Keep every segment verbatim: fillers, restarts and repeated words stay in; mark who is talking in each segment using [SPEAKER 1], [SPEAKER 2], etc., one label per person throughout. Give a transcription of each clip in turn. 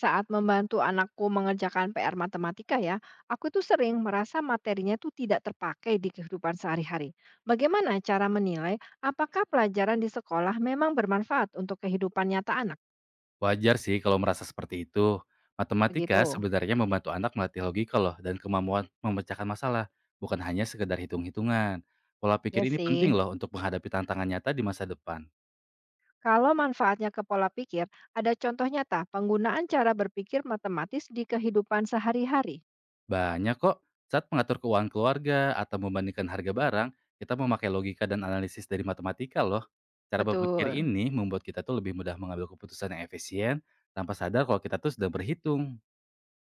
[SPEAKER 1] Saat membantu anakku mengerjakan P R matematika ya, aku tuh sering merasa materinya tuh tidak terpakai di kehidupan sehari-hari. Bagaimana cara menilai apakah pelajaran di sekolah memang bermanfaat untuk kehidupan nyata anak?
[SPEAKER 2] Wajar sih kalau merasa seperti itu. Matematika
[SPEAKER 1] Begitu.
[SPEAKER 2] sebenarnya membantu anak melatih logika loh dan kemampuan memecahkan masalah, bukan hanya sekedar hitung-hitungan. Pola pikir
[SPEAKER 1] Ya
[SPEAKER 2] ini penting
[SPEAKER 1] sih.
[SPEAKER 2] loh untuk menghadapi tantangan nyata di masa depan.
[SPEAKER 1] Kalau manfaatnya ke pola pikir, ada contoh nyata penggunaan cara berpikir matematis di kehidupan sehari-hari.
[SPEAKER 2] Banyak kok saat mengatur keuangan keluarga atau membandingkan harga barang, kita memakai logika dan analisis dari matematika loh. Cara berpikir
[SPEAKER 1] Betul.
[SPEAKER 2] ini membuat kita tuh lebih mudah mengambil keputusan yang efisien tanpa sadar kalau kita tuh sedang berhitung.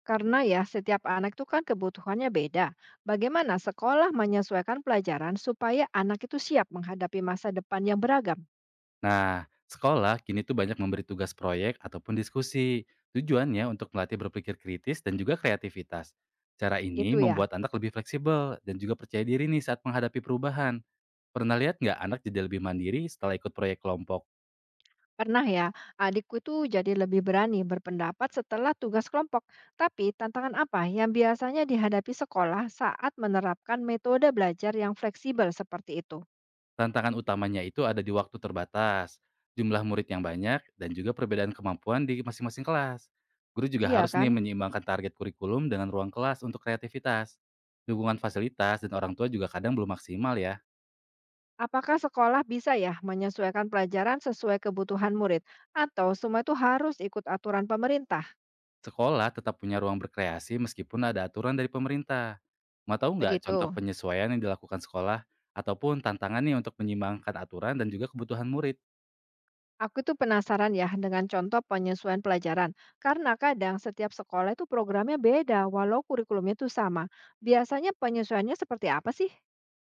[SPEAKER 1] Karena ya setiap anak itu kan kebutuhannya beda. Bagaimana sekolah menyesuaikan pelajaran supaya anak itu siap menghadapi masa depan yang beragam?
[SPEAKER 2] Nah, sekolah kini tuh banyak memberi tugas proyek ataupun diskusi. Tujuannya untuk melatih berpikir kritis dan juga kreativitas. Cara ini
[SPEAKER 1] Gitu ya.
[SPEAKER 2] membuat anak lebih fleksibel dan juga percaya diri nih saat menghadapi perubahan. Pernah lihat nggak anak jadi lebih mandiri setelah ikut proyek kelompok?
[SPEAKER 1] Pernah ya, adikku itu jadi lebih berani berpendapat setelah tugas kelompok. Tapi tantangan apa yang biasanya dihadapi sekolah saat menerapkan metode belajar yang fleksibel seperti itu?
[SPEAKER 2] Tantangan utamanya itu ada di waktu terbatas, jumlah murid yang banyak, dan juga perbedaan kemampuan di masing-masing kelas. Guru juga
[SPEAKER 1] Iya
[SPEAKER 2] harus nih
[SPEAKER 1] kan?
[SPEAKER 2] menyeimbangkan target kurikulum dengan ruang kelas untuk kreativitas. Dukungan fasilitas dan orang tua juga kadang belum maksimal ya.
[SPEAKER 1] Apakah sekolah bisa ya menyesuaikan pelajaran sesuai kebutuhan murid? Atau semua itu harus ikut aturan pemerintah?
[SPEAKER 2] Sekolah tetap punya ruang berkreasi meskipun ada aturan dari pemerintah. Mau tahu nggak contoh
[SPEAKER 1] Begitu.
[SPEAKER 2] penyesuaian yang dilakukan sekolah ataupun tantangan nih untuk menyimbangkan aturan dan juga kebutuhan murid?
[SPEAKER 1] Aku tuh penasaran ya dengan contoh penyesuaian pelajaran, karena kadang setiap sekolah itu programnya beda, walau kurikulumnya tuh sama. Biasanya penyesuaiannya seperti apa sih?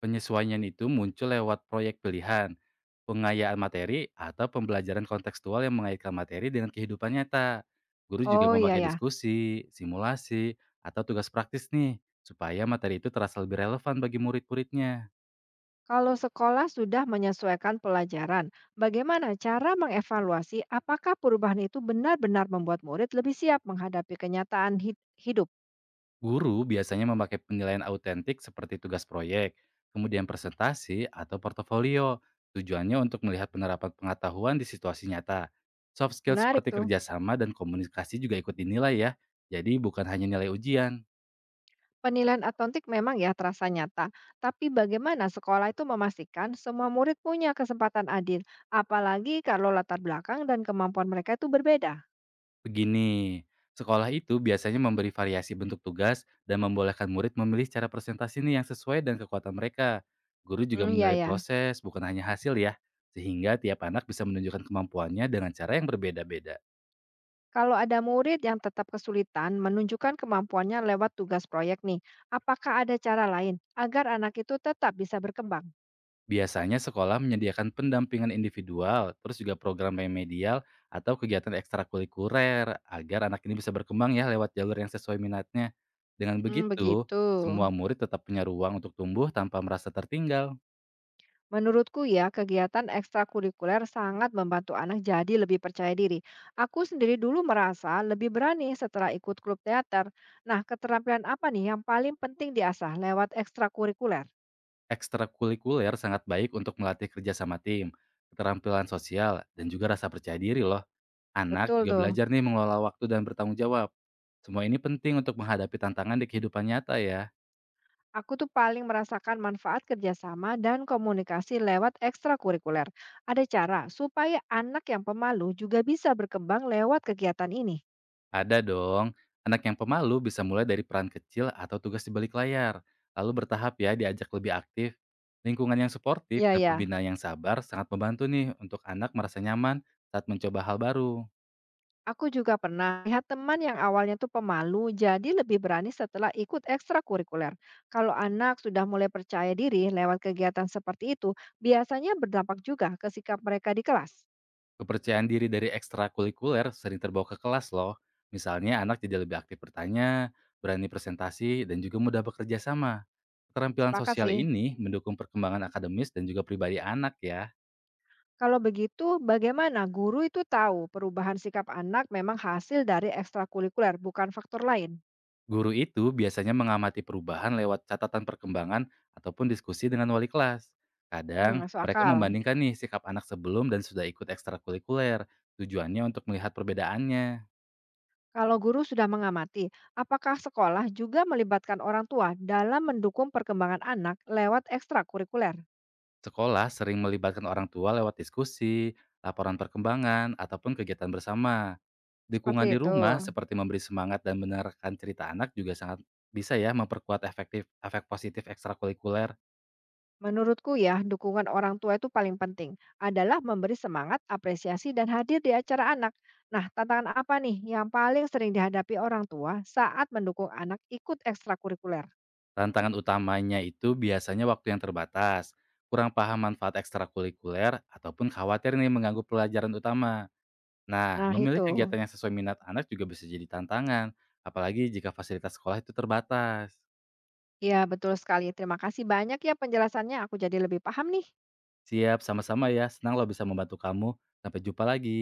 [SPEAKER 2] Penyesuaian itu muncul lewat proyek pilihan, pengayaan materi, atau pembelajaran kontekstual yang mengaitkan materi dengan kehidupan nyata. Guru juga
[SPEAKER 1] Oh iya
[SPEAKER 2] memakai
[SPEAKER 1] ya,
[SPEAKER 2] diskusi, simulasi, atau tugas praktis nih, supaya materi itu terasa lebih relevan bagi murid-muridnya.
[SPEAKER 1] kalau sekolah sudah menyesuaikan pelajaran, bagaimana cara mengevaluasi apakah perubahan itu benar-benar membuat murid lebih siap menghadapi kenyataan hid- hidup?
[SPEAKER 2] Guru biasanya memakai penilaian autentik seperti tugas proyek, kemudian presentasi atau portofolio. Tujuannya untuk melihat penerapan pengetahuan di situasi nyata. Soft skill
[SPEAKER 1] Menarik
[SPEAKER 2] seperti
[SPEAKER 1] tuh.
[SPEAKER 2] kerjasama dan komunikasi juga ikut dinilai ya. Jadi bukan hanya nilai ujian.
[SPEAKER 1] Penilaian autentik memang ya terasa nyata, tapi bagaimana sekolah itu memastikan semua murid punya kesempatan adil, apalagi kalau latar belakang dan kemampuan mereka itu berbeda?
[SPEAKER 2] Begini, sekolah itu biasanya memberi variasi bentuk tugas dan membolehkan murid memilih cara presentasi ini yang sesuai dan kekuatan mereka. Guru juga
[SPEAKER 1] Hmm, ya
[SPEAKER 2] menilai
[SPEAKER 1] ya.
[SPEAKER 2] proses, bukan hanya hasil ya. Sehingga tiap anak bisa menunjukkan kemampuannya dengan cara yang berbeda-beda.
[SPEAKER 1] Kalau ada murid yang tetap kesulitan menunjukkan kemampuannya lewat tugas proyek nih, apakah ada cara lain agar anak itu tetap bisa berkembang?
[SPEAKER 2] Biasanya sekolah menyediakan pendampingan individual, terus juga program remedial atau kegiatan ekstrakurikuler agar anak ini bisa berkembang ya lewat jalur yang sesuai minatnya. Dengan
[SPEAKER 1] Hmm,
[SPEAKER 2] begitu,
[SPEAKER 1] begitu.
[SPEAKER 2] semua murid tetap punya ruang untuk tumbuh tanpa merasa tertinggal.
[SPEAKER 1] Menurutku ya, kegiatan ekstrakurikuler sangat membantu anak jadi lebih percaya diri. Aku sendiri dulu merasa lebih berani setelah ikut klub teater. Nah, keterampilan apa nih yang paling penting diasah lewat ekstrakurikuler?
[SPEAKER 2] Ekstrakurikuler sangat baik untuk melatih kerja sama tim, keterampilan sosial, dan juga rasa percaya diri loh. Anak
[SPEAKER 1] Betul
[SPEAKER 2] juga
[SPEAKER 1] tuh.
[SPEAKER 2] belajar nih mengelola waktu dan bertanggung jawab. Semua ini penting untuk menghadapi tantangan di kehidupan nyata ya.
[SPEAKER 1] Aku tuh paling merasakan manfaat kerjasama dan komunikasi lewat ekstrakurikuler. Ada cara supaya anak yang pemalu juga bisa berkembang lewat kegiatan ini.
[SPEAKER 2] Ada dong. Anak yang pemalu bisa mulai dari peran kecil atau tugas di balik layar, lalu bertahap ya diajak lebih aktif. Lingkungan yang suportif
[SPEAKER 1] Iya
[SPEAKER 2] dan
[SPEAKER 1] ya.
[SPEAKER 2] pembina yang sabar sangat membantu nih untuk anak merasa nyaman saat mencoba hal baru.
[SPEAKER 1] Aku juga pernah lihat teman yang awalnya tuh pemalu, jadi lebih berani setelah ikut ekstrakurikuler. Kalau anak sudah mulai percaya diri lewat kegiatan seperti itu, biasanya berdampak juga ke sikap mereka di kelas.
[SPEAKER 2] Kepercayaan diri dari ekstrakurikuler sering terbawa ke kelas loh. Misalnya anak jadi lebih aktif bertanya, berani presentasi, dan juga mudah bekerja sama. Keterampilan
[SPEAKER 1] Sepakat
[SPEAKER 2] sosial
[SPEAKER 1] sih.
[SPEAKER 2] ini mendukung perkembangan akademis dan juga pribadi anak ya.
[SPEAKER 1] Kalau begitu, bagaimana guru itu tahu perubahan sikap anak memang hasil dari ekstrakurikuler, bukan faktor lain?
[SPEAKER 2] Guru itu biasanya mengamati perubahan lewat catatan perkembangan ataupun diskusi dengan wali kelas.
[SPEAKER 1] Hmm,
[SPEAKER 2] Kadang,
[SPEAKER 1] masuk
[SPEAKER 2] mereka
[SPEAKER 1] akal.
[SPEAKER 2] membandingkan nih sikap anak sebelum dan sudah ikut ekstrakurikuler, tujuannya untuk melihat perbedaannya.
[SPEAKER 1] Kalau guru sudah mengamati, apakah sekolah juga melibatkan orang tua dalam mendukung perkembangan anak lewat ekstrakurikuler?
[SPEAKER 2] Sekolah sering melibatkan orang tua lewat diskusi, laporan perkembangan, ataupun kegiatan bersama.
[SPEAKER 1] Seperti
[SPEAKER 2] Dukungan di
[SPEAKER 1] itu.
[SPEAKER 2] rumah seperti memberi semangat dan menerangkan cerita anak juga sangat bisa ya memperkuat efektif efek positif ekstrakurikuler.
[SPEAKER 1] Menurutku ya, dukungan orang tua itu paling penting adalah memberi semangat, apresiasi, dan hadir di acara anak. Nah, tantangan apa nih yang paling sering dihadapi orang tua saat mendukung anak ikut ekstrakurikuler?
[SPEAKER 2] Tantangan utamanya itu biasanya waktu yang terbatas, kurang paham manfaat ekstrakurikuler, ataupun khawatir nih mengganggu pelajaran utama. Nah,
[SPEAKER 1] Nah,
[SPEAKER 2] memilih
[SPEAKER 1] itu.
[SPEAKER 2] kegiatan yang sesuai minat anak juga bisa jadi tantangan, apalagi jika fasilitas sekolah itu terbatas.
[SPEAKER 1] Ya, betul sekali. Terima kasih banyak ya penjelasannya. Aku jadi lebih paham nih.
[SPEAKER 2] Siap, sama-sama ya. Senang lo bisa membantu kamu. Sampai jumpa lagi.